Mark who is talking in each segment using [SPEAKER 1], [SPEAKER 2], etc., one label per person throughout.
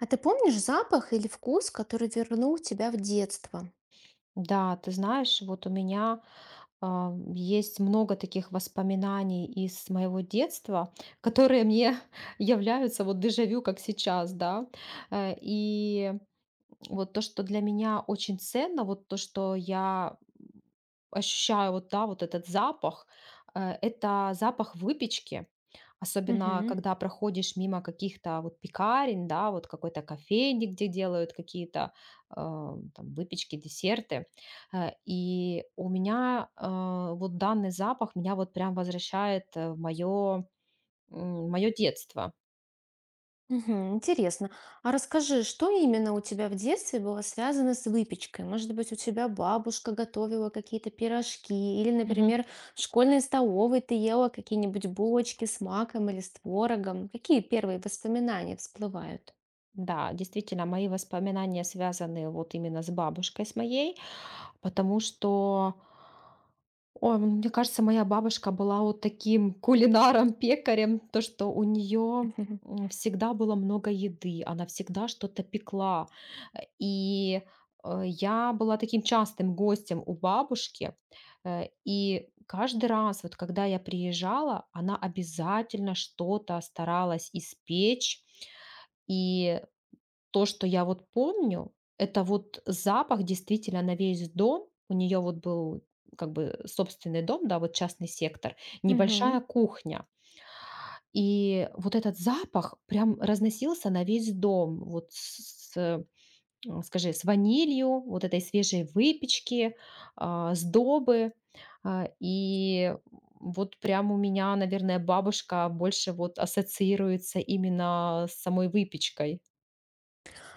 [SPEAKER 1] А ты помнишь запах или вкус, который вернул тебя в детство?
[SPEAKER 2] Да, ты знаешь, вот у меня есть много таких воспоминаний из моего детства, которые мне являются вот дежавю, как сейчас, да. И вот то, что для меня очень ценно, вот то, что я ощущаю вот, да, вот этот запах, это запах выпечки, особенно
[SPEAKER 1] Мгм.
[SPEAKER 2] когда проходишь мимо каких-то вот пекарен, да, вот какой-то кофейни, где делают какие-то там выпечки, десерты. И у меня вот данный запах меня вот прям возвращает в мое детство.
[SPEAKER 1] Мгм. Интересно. А расскажи, что именно у тебя в детстве было связано с выпечкой? Может быть, у тебя бабушка готовила какие-то пирожки, или, например, в школьной столовой ты ела какие-нибудь булочки с маком или с творогом? Какие первые воспоминания всплывают?
[SPEAKER 2] Да, действительно, мои воспоминания связаны вот именно с бабушкой с моей, потому что. Ой, мне кажется, моя бабушка была вот таким кулинаром, пекарем, то, что у нее всегда было много еды, она всегда что-то пекла. И я была таким частым гостем у бабушки, и каждый раз, вот когда я приезжала, она обязательно что-то старалась испечь, и то, что я вот помню, это вот запах действительно на весь дом. У нее вот был как бы собственный дом, да, вот частный сектор, небольшая кухня. И вот этот запах прям разносился на весь дом. Вот с, э, м, скажи, с ванилью, вот этой свежей выпечки, сдобы. И вот прям у меня, наверное, бабушка больше вот ассоциируется именно с самой выпечкой.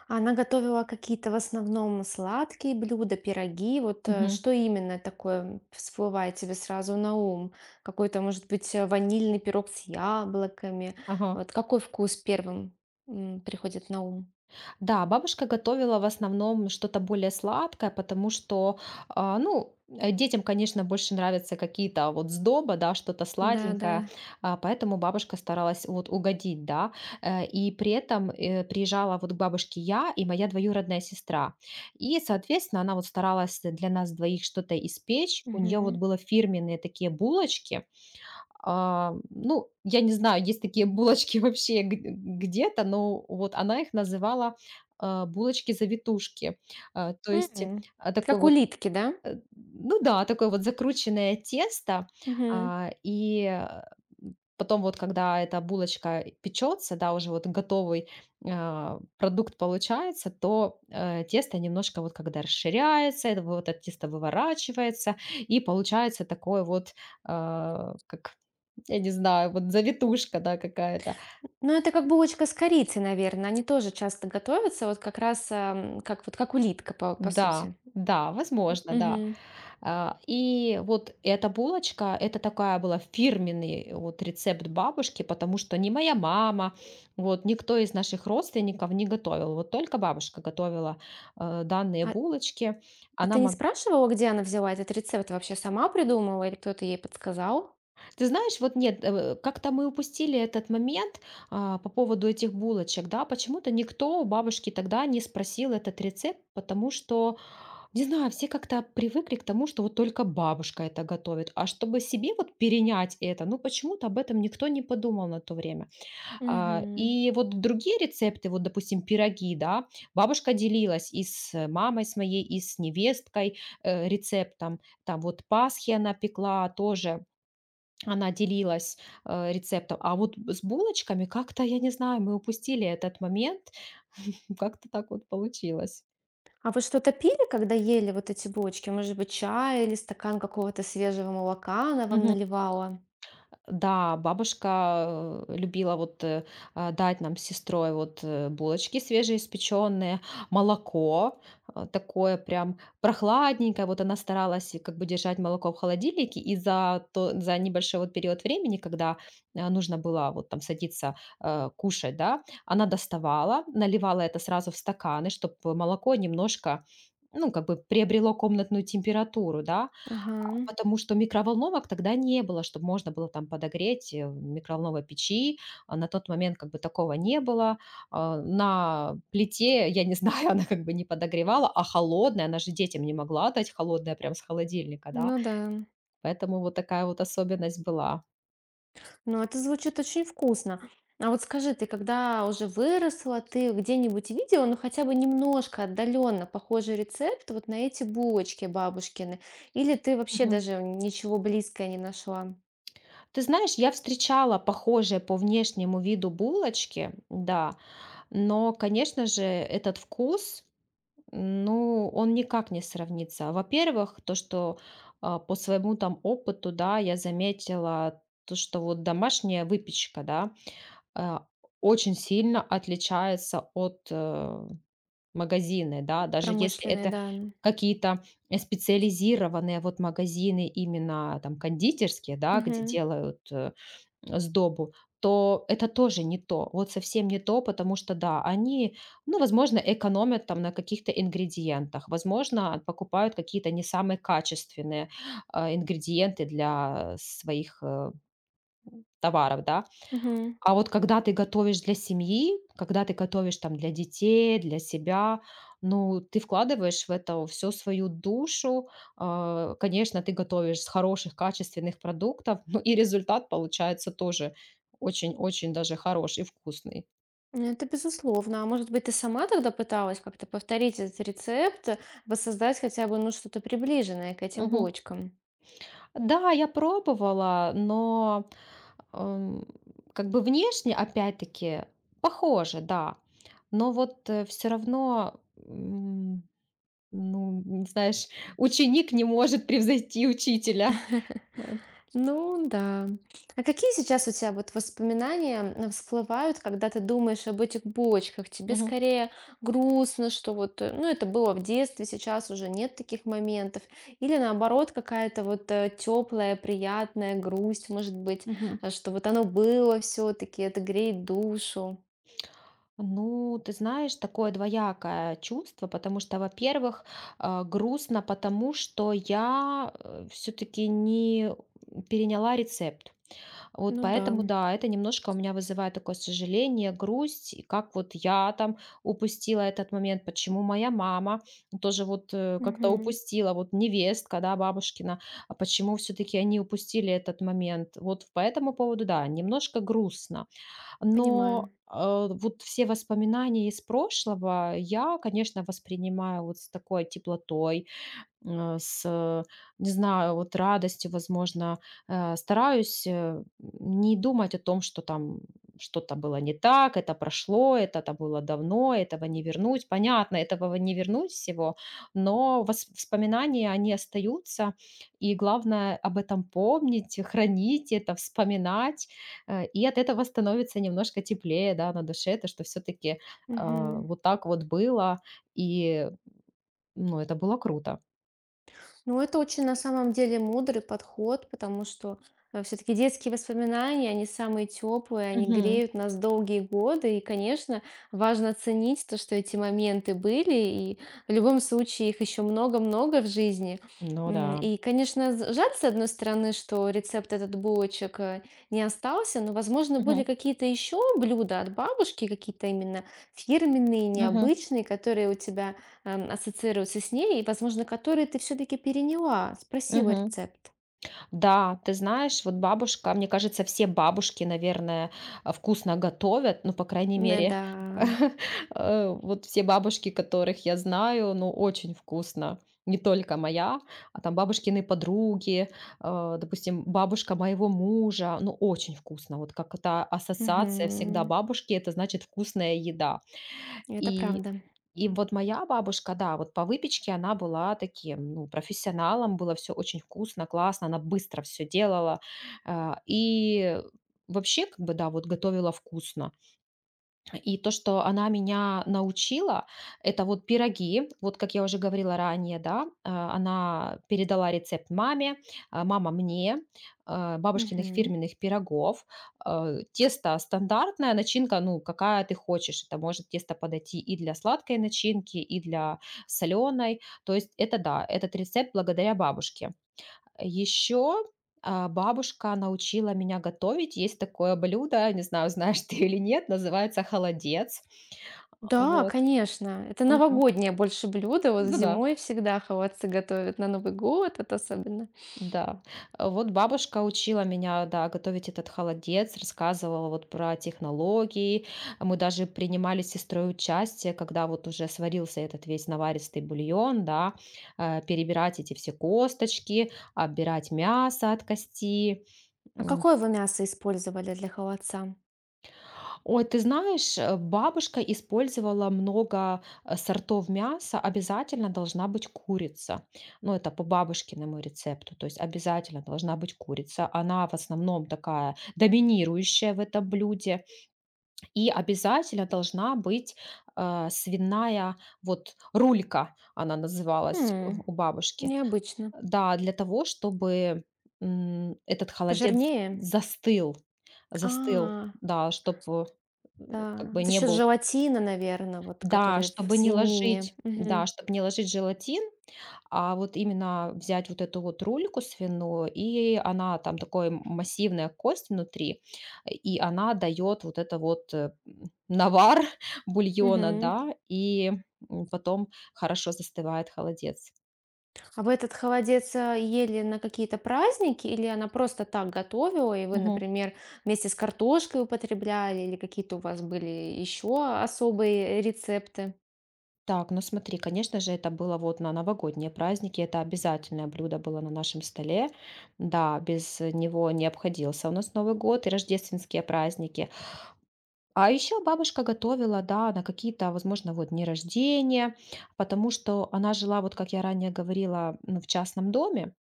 [SPEAKER 1] Она готовила какие-то в основном сладкие блюда, пироги. Вот,
[SPEAKER 2] Мгм.
[SPEAKER 1] что именно такое всплывает тебе сразу на ум? Какой-то, может быть, ванильный пирог с яблоками?
[SPEAKER 2] Ага.
[SPEAKER 1] Вот какой вкус первым приходит на ум?
[SPEAKER 2] Да, бабушка готовила в основном что-то более сладкое, потому что, ну, детям, конечно, больше нравятся какие-то вот сдоба, да, что-то
[SPEAKER 1] Да, да.
[SPEAKER 2] сладенькое, поэтому бабушка старалась вот угодить, да, и при этом приезжала вот к бабушке я и моя двоюродная сестра, и, соответственно, она вот старалась для нас двоих что-то испечь, у нее вот
[SPEAKER 1] Мгм.
[SPEAKER 2] было фирменные такие булочки, ну, я не знаю, есть такие булочки вообще г где-то, но вот она их называла, булочки-завитушки. То есть,
[SPEAKER 1] М.
[SPEAKER 2] такой
[SPEAKER 1] Как
[SPEAKER 2] вот.
[SPEAKER 1] улитки, да?
[SPEAKER 2] Э, ну да, такое вот закрученное тесто,
[SPEAKER 1] Мгм.
[SPEAKER 2] и, потом вот, когда эта булочка печется, да, уже вот готовый, продукт получается, то, тесто немножко вот когда расширяется, это вот это тесто выворачивается, и получается такое вот, как, я не знаю, вот завитушка, да, какая-то.
[SPEAKER 1] Ну, это как булочка с корицей, наверное. Они тоже часто готовятся, вот как раз, как вот как улитка, по
[SPEAKER 2] Да,
[SPEAKER 1] сути.
[SPEAKER 2] да,
[SPEAKER 1] М,
[SPEAKER 2] возможно, да.
[SPEAKER 1] мгм.
[SPEAKER 2] И вот эта это такая была фирменный вот рецепт бабушки, потому что ни моя мама, вот никто из наших родственников не готовил. Вот только бабушка готовила, данные
[SPEAKER 1] А
[SPEAKER 2] булочки.
[SPEAKER 1] А
[SPEAKER 2] Она
[SPEAKER 1] ты не
[SPEAKER 2] мог
[SPEAKER 1] спрашивала, где она взяла этот рецепт? Вообще сама придумала или кто-то ей подсказал?
[SPEAKER 2] Ты знаешь, вот нет, как-то мы упустили этот момент, по поводу этих булочек, да. Почему-то никто у бабушки тогда не спросил этот рецепт, потому что. Не знаю, все как-то привыкли к тому, что вот только бабушка это готовит. А чтобы себе вот перенять это, ну почему-то об этом никто не подумал на то время.
[SPEAKER 1] Мгм.
[SPEAKER 2] И вот другие рецепты, вот, допустим, пироги, да, бабушка делилась и с мамой с моей, и с невесткой рецептом. Там вот Пасхи она пекла тоже, она делилась рецептом. А вот с булочками как-то, я не знаю, мы упустили этот момент. Как-то так вот получилось.
[SPEAKER 1] А вы что-то пили, когда ели вот эти булочки? Может быть, чай или стакан какого-то свежего молока она вам наливала?
[SPEAKER 2] Да, бабушка, любила вот, дать нам с сестрой вот, булочки свежеиспечённые, молоко, такое прям прохладненькое. Вот она старалась и как бы держать молоко в холодильнике, и за то за небольшой вот период времени, когда, нужно было вот там садиться, кушать, да, она доставала, наливала это сразу в стаканы, чтобы молоко немножко, ну, как бы приобрело комнатную температуру, да.
[SPEAKER 1] Ага,
[SPEAKER 2] Потому что микроволновок тогда не было, чтобы можно было там подогреть, в микроволновой печи. А на тот момент как бы такого не было. На плите, я не знаю, она как бы не подогревала, а холодная, она же детям не могла дать холодная, прям с холодильника, да.
[SPEAKER 1] ну да.
[SPEAKER 2] Поэтому вот такая вот особенность была.
[SPEAKER 1] Ну, это звучит очень вкусно. А вот скажи, ты когда уже выросла, ты где-нибудь видела, ну хотя бы немножко отдаленно похожий рецепт вот на эти булочки бабушкины? Или ты вообще
[SPEAKER 2] Мгм.
[SPEAKER 1] даже ничего близкое не нашла?
[SPEAKER 2] Ты знаешь, я встречала похожие по внешнему виду булочки, да, но, конечно же, этот вкус. Ну, он никак не сравнится. Во-первых, то, что по своему там опыту, да, я заметила то, что вот домашняя выпечка, да, а, очень сильно отличается от магазины, да, даже если
[SPEAKER 1] Промышленной,
[SPEAKER 2] это
[SPEAKER 1] да.
[SPEAKER 2] какие-то специализированные вот магазины именно там кондитерские, да, где
[SPEAKER 1] Мгм.
[SPEAKER 2] делают сдобу, то это тоже не то, вот совсем не то, потому что, да, они, ну, возможно, экономят там на каких-то ингредиентах, возможно, покупают какие-то не самые качественные ингредиенты для своих товаров, да,
[SPEAKER 1] Мгм.
[SPEAKER 2] а вот когда ты готовишь для семьи, когда ты готовишь там для детей, для себя, ну, ты вкладываешь в это всю свою душу. Конечно, ты готовишь с хороших, качественных продуктов, ну и результат получается тоже очень-очень даже хороший, вкусный.
[SPEAKER 1] Ну, это безусловно. А может быть, ты сама тогда пыталась как-то повторить этот рецепт, воссоздать хотя бы ну, что-то приближенное к этим
[SPEAKER 2] Мгм.
[SPEAKER 1] булочкам?
[SPEAKER 2] Да, я пробовала, но ам, как бы внешне, опять-таки, похоже, да. Но вот все равно. Ну, н знаешь, ученик не может превзойти учителя. Э,
[SPEAKER 1] Ну да. А какие сейчас у тебя вот воспоминания всплывают, когда ты думаешь об этих булочках? Тебе
[SPEAKER 2] Мгм,
[SPEAKER 1] скорее грустно, что вот, э, ну это было в детстве, сейчас уже нет таких моментов? Или наоборот, какая-то вот теплая, приятная грусть, может быть,
[SPEAKER 2] мгм.
[SPEAKER 1] что вот оно было все-таки, это греет душу?
[SPEAKER 2] Ну, ты знаешь, такое двоякое чувство, потому что, во-первых, грустно, потому что я, все таки не переняла рецепт. Вот
[SPEAKER 1] Ну да.
[SPEAKER 2] поэтому, да, это немножко у меня вызывает такое сожаление, грусть, и как вот я там упустила этот момент, почему моя мама тоже вот как-то
[SPEAKER 1] Мгм.
[SPEAKER 2] упустила, вот невестка, да, бабушкина, а почему все-таки они упустили этот момент. Вот по этому поводу, да, немножко грустно.
[SPEAKER 1] Понимаю.
[SPEAKER 2] Но вот все воспоминания из прошлого я, конечно, воспринимаю вот с такой теплотой. С, не знаю, вот радостью, возможно, стараюсь, не думать о том, что там что-то было не так, это прошло, это там было давно, этого не вернуть. Понятно, этого не вернуть всего, но воспоминания, они остаются, и главное об этом помнить, хранить это, вспоминать, и от этого становится немножко теплее, да, на душе, то, что все-таки
[SPEAKER 1] Мгм.
[SPEAKER 2] вот так вот было, и, ну, это было круто.
[SPEAKER 1] Ну, это очень на самом деле мудрый подход, потому что все-таки детские воспоминания, они самые теплые, они греют нас долгие годы, и, конечно, важно ценить то, что эти моменты были, и в любом случае их еще много-много в жизни.
[SPEAKER 2] Ну да.
[SPEAKER 1] И, конечно, жаль, с одной стороны, что рецепт этот булочек не остался, но, возможно, были
[SPEAKER 2] Мгм.
[SPEAKER 1] какие-то еще блюда от бабушки, какие-то именно фирменные,
[SPEAKER 2] Мгм.
[SPEAKER 1] необычные, которые у тебя ассоциируются с ней, и, возможно, которые ты все-таки переняла, спросила
[SPEAKER 2] Мгм.
[SPEAKER 1] рецепт.
[SPEAKER 2] Да, ты знаешь, вот бабушка, мне кажется, все бабушки, наверное, вкусно готовят, ну, по крайней мере,
[SPEAKER 1] Да.
[SPEAKER 2] вот все бабушки, которых я знаю, ну, очень вкусно. Не только моя, а там бабушкины подруги, а, допустим, бабушка моего мужа, ну, очень вкусно. Вот как эта ассоциация всегда
[SPEAKER 1] Мгм.
[SPEAKER 2] бабушки, это значит вкусная еда.
[SPEAKER 1] Это
[SPEAKER 2] И
[SPEAKER 1] правда.
[SPEAKER 2] и вот моя бабушка, да, вот по выпечке она была таким, ну, профессионалом, было все очень вкусно, классно, она быстро все делала. И вообще, как бы, да, вот готовила вкусно. И то, что она меня научила, это вот пироги. Вот как я уже говорила ранее, да, она передала рецепт маме, мама мне, бабушкиных
[SPEAKER 1] Мгм.
[SPEAKER 2] фирменных пирогов. Тесто стандартное, начинка, ну, какая ты хочешь. Это может тесто подойти и для сладкой начинки, и для соленой. То есть это да, этот рецепт благодаря бабушке. Еще, бабушка научила меня готовить. Есть такое блюдо, не знаю, знаешь ты или нет, называется холодец.
[SPEAKER 1] Да,
[SPEAKER 2] Вот.
[SPEAKER 1] конечно, это
[SPEAKER 2] Мгм.
[SPEAKER 1] новогоднее больше блюдо, вот
[SPEAKER 2] Ну да,
[SPEAKER 1] зимой всегда холодцы готовят на Новый год, это особенно.
[SPEAKER 2] да. Вот бабушка учила меня, да, готовить этот холодец, рассказывала вот про технологии. Мы даже принимали с сестрой участие, когда вот уже сварился этот весь наваристый бульон, да, перебирать эти все косточки, отбирать мясо от кости.
[SPEAKER 1] А
[SPEAKER 2] М,
[SPEAKER 1] какое вы мясо использовали для холодца?
[SPEAKER 2] Ой, ты знаешь, бабушка использовала много сортов мяса, обязательно должна быть курица. Ну, это по бабушкиному рецепту, то есть обязательно должна быть курица. Она в основном такая доминирующая в этом блюде. И обязательно должна быть свиная вот рулька, она называлась у
[SPEAKER 1] М,
[SPEAKER 2] у бабушки.
[SPEAKER 1] Необычно.
[SPEAKER 2] Да, для того, чтобы, этот холодец
[SPEAKER 1] Пожирнее?
[SPEAKER 2] застыл,
[SPEAKER 1] А,
[SPEAKER 2] да, чтобы, э, как
[SPEAKER 1] да,
[SPEAKER 2] бы
[SPEAKER 1] за
[SPEAKER 2] не
[SPEAKER 1] счет
[SPEAKER 2] был
[SPEAKER 1] желатина, наверное, вот
[SPEAKER 2] да,
[SPEAKER 1] который в
[SPEAKER 2] чтобы не
[SPEAKER 1] свинине.
[SPEAKER 2] ложить,
[SPEAKER 1] Мгм.
[SPEAKER 2] да, чтобы не ложить желатин, а вот именно взять вот эту вот рульку свиную, и она там такой массивная кость внутри, и она дает вот это вот, навар бульона,
[SPEAKER 1] Мгм.
[SPEAKER 2] да, и, потом хорошо застывает холодец.
[SPEAKER 1] А вы этот холодец, ели на какие-то праздники или она просто так готовила, и вы,
[SPEAKER 2] Мгм.
[SPEAKER 1] например, вместе с картошкой употребляли, или какие-то у вас были еще особые рецепты?
[SPEAKER 2] Так, ну смотри, конечно же, это было вот на новогодние праздники, это обязательное блюдо было на нашем столе. Да, без него не обходился у нас Новый год и рождественские праздники. А еще бабушка готовила, да, на какие-то, возможно, вот дни рождения, потому что она жила, вот как я ранее говорила, ну, в частном доме,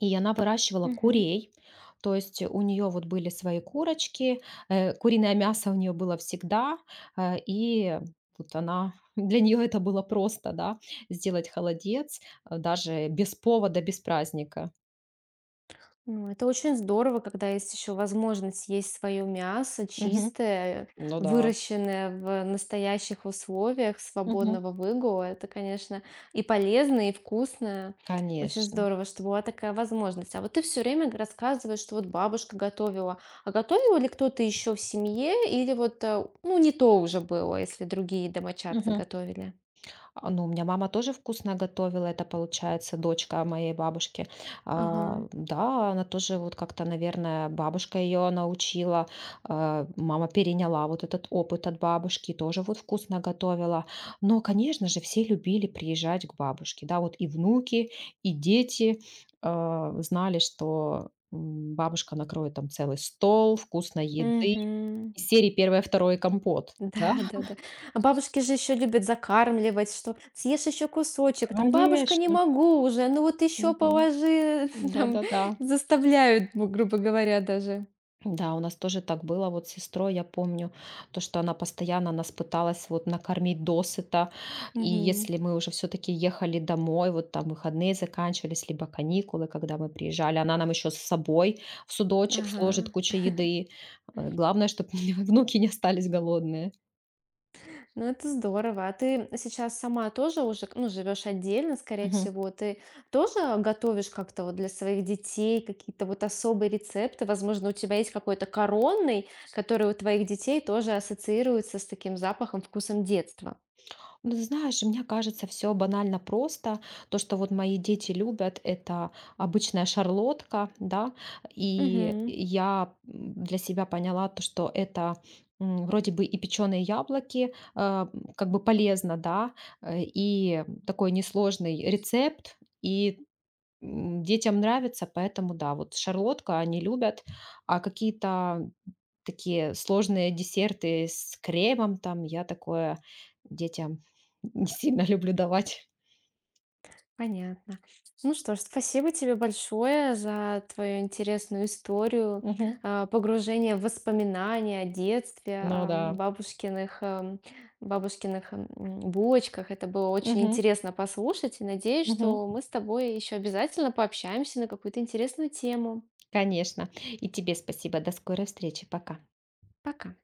[SPEAKER 2] и она выращивала курей. То есть у нее вот были свои курочки, куриное мясо у нее было всегда, и вот она для нее это было просто, да, сделать холодец даже без повода, без праздника.
[SPEAKER 1] Ну, это очень здорово, когда есть еще возможность есть свое мясо
[SPEAKER 2] Мгм.
[SPEAKER 1] чистое,
[SPEAKER 2] Ну да.
[SPEAKER 1] выращенное в настоящих условиях
[SPEAKER 2] Мгм.
[SPEAKER 1] свободного выгула. Это, конечно, и полезно, и вкусно. Очень
[SPEAKER 2] Конечно.
[SPEAKER 1] здорово, что была такая возможность. А вот ты все время рассказываешь, что вот бабушка готовила. А готовила ли кто-то еще в семье? Или вот, ну, не то уже было, если другие домочадцы готовили?
[SPEAKER 2] Ну, у меня мама тоже вкусно готовила. Это, получается, дочка моей бабушки.
[SPEAKER 1] Ага.
[SPEAKER 2] Да, она тоже вот как-то, наверное, бабушка ее научила. Мама переняла вот этот опыт от бабушки, тоже вот вкусно готовила. Но, конечно же, все любили приезжать к бабушке. Да, вот и внуки, и дети знали, что бабушка накроет там целый стол, вкусной еды.
[SPEAKER 1] Угу.
[SPEAKER 2] Из серии первое, второе компот.
[SPEAKER 1] Да,
[SPEAKER 2] Да,
[SPEAKER 1] да-да. А бабушки же еще любят закармливать, что съешь еще кусочек, там: "Бабушка, не
[SPEAKER 2] конечно.
[SPEAKER 1] могу уже, ну вот еще
[SPEAKER 2] Мгм.
[SPEAKER 1] положи". Там
[SPEAKER 2] Да-да-да.
[SPEAKER 1] заставляют, ну, грубо говоря, даже.
[SPEAKER 2] Да, у нас тоже так было вот с сестрой, я помню, то, что она постоянно нас пыталась вот накормить досыта, и
[SPEAKER 1] Мгм.
[SPEAKER 2] если мы уже все-таки ехали домой, вот там выходные заканчивались, либо каникулы, когда мы приезжали, она нам еще с собой в судочек
[SPEAKER 1] Ага.
[SPEAKER 2] сложит кучу еды. Главное, чтобы внуки не остались голодные.
[SPEAKER 1] Ну, это здорово. А ты сейчас сама тоже уже, ну, живешь отдельно, скорее
[SPEAKER 2] Мгм.
[SPEAKER 1] всего. Ты тоже готовишь как-то вот для своих детей какие-то вот особые рецепты? Возможно, у тебя есть какой-то коронный, который у твоих детей тоже ассоциируется с таким запахом, вкусом детства?
[SPEAKER 2] Ну, ты знаешь, мне кажется, все банально просто. То, что вот мои дети любят, это обычная шарлотка, да, и
[SPEAKER 1] Мгм.
[SPEAKER 2] я для себя поняла то, что это вроде бы и печеные яблоки, как бы полезно, да, и такой несложный рецепт, и детям нравится, поэтому, да, вот шарлотка они любят, а какие-то такие сложные десерты с кремом там. Я такое детям не сильно люблю давать.
[SPEAKER 1] Понятно. Ну что ж, спасибо тебе большое за твою интересную историю,
[SPEAKER 2] Мгм.
[SPEAKER 1] погружение в воспоминания о детстве,
[SPEAKER 2] Ну
[SPEAKER 1] о
[SPEAKER 2] да.
[SPEAKER 1] бабушкиных булочках. Это было очень
[SPEAKER 2] Мгм.
[SPEAKER 1] интересно послушать, и надеюсь,
[SPEAKER 2] Мгм.
[SPEAKER 1] что мы с тобой еще обязательно пообщаемся на какую-то интересную тему.
[SPEAKER 2] Конечно. И тебе спасибо. До скорой встречи. Пока.
[SPEAKER 1] Пока.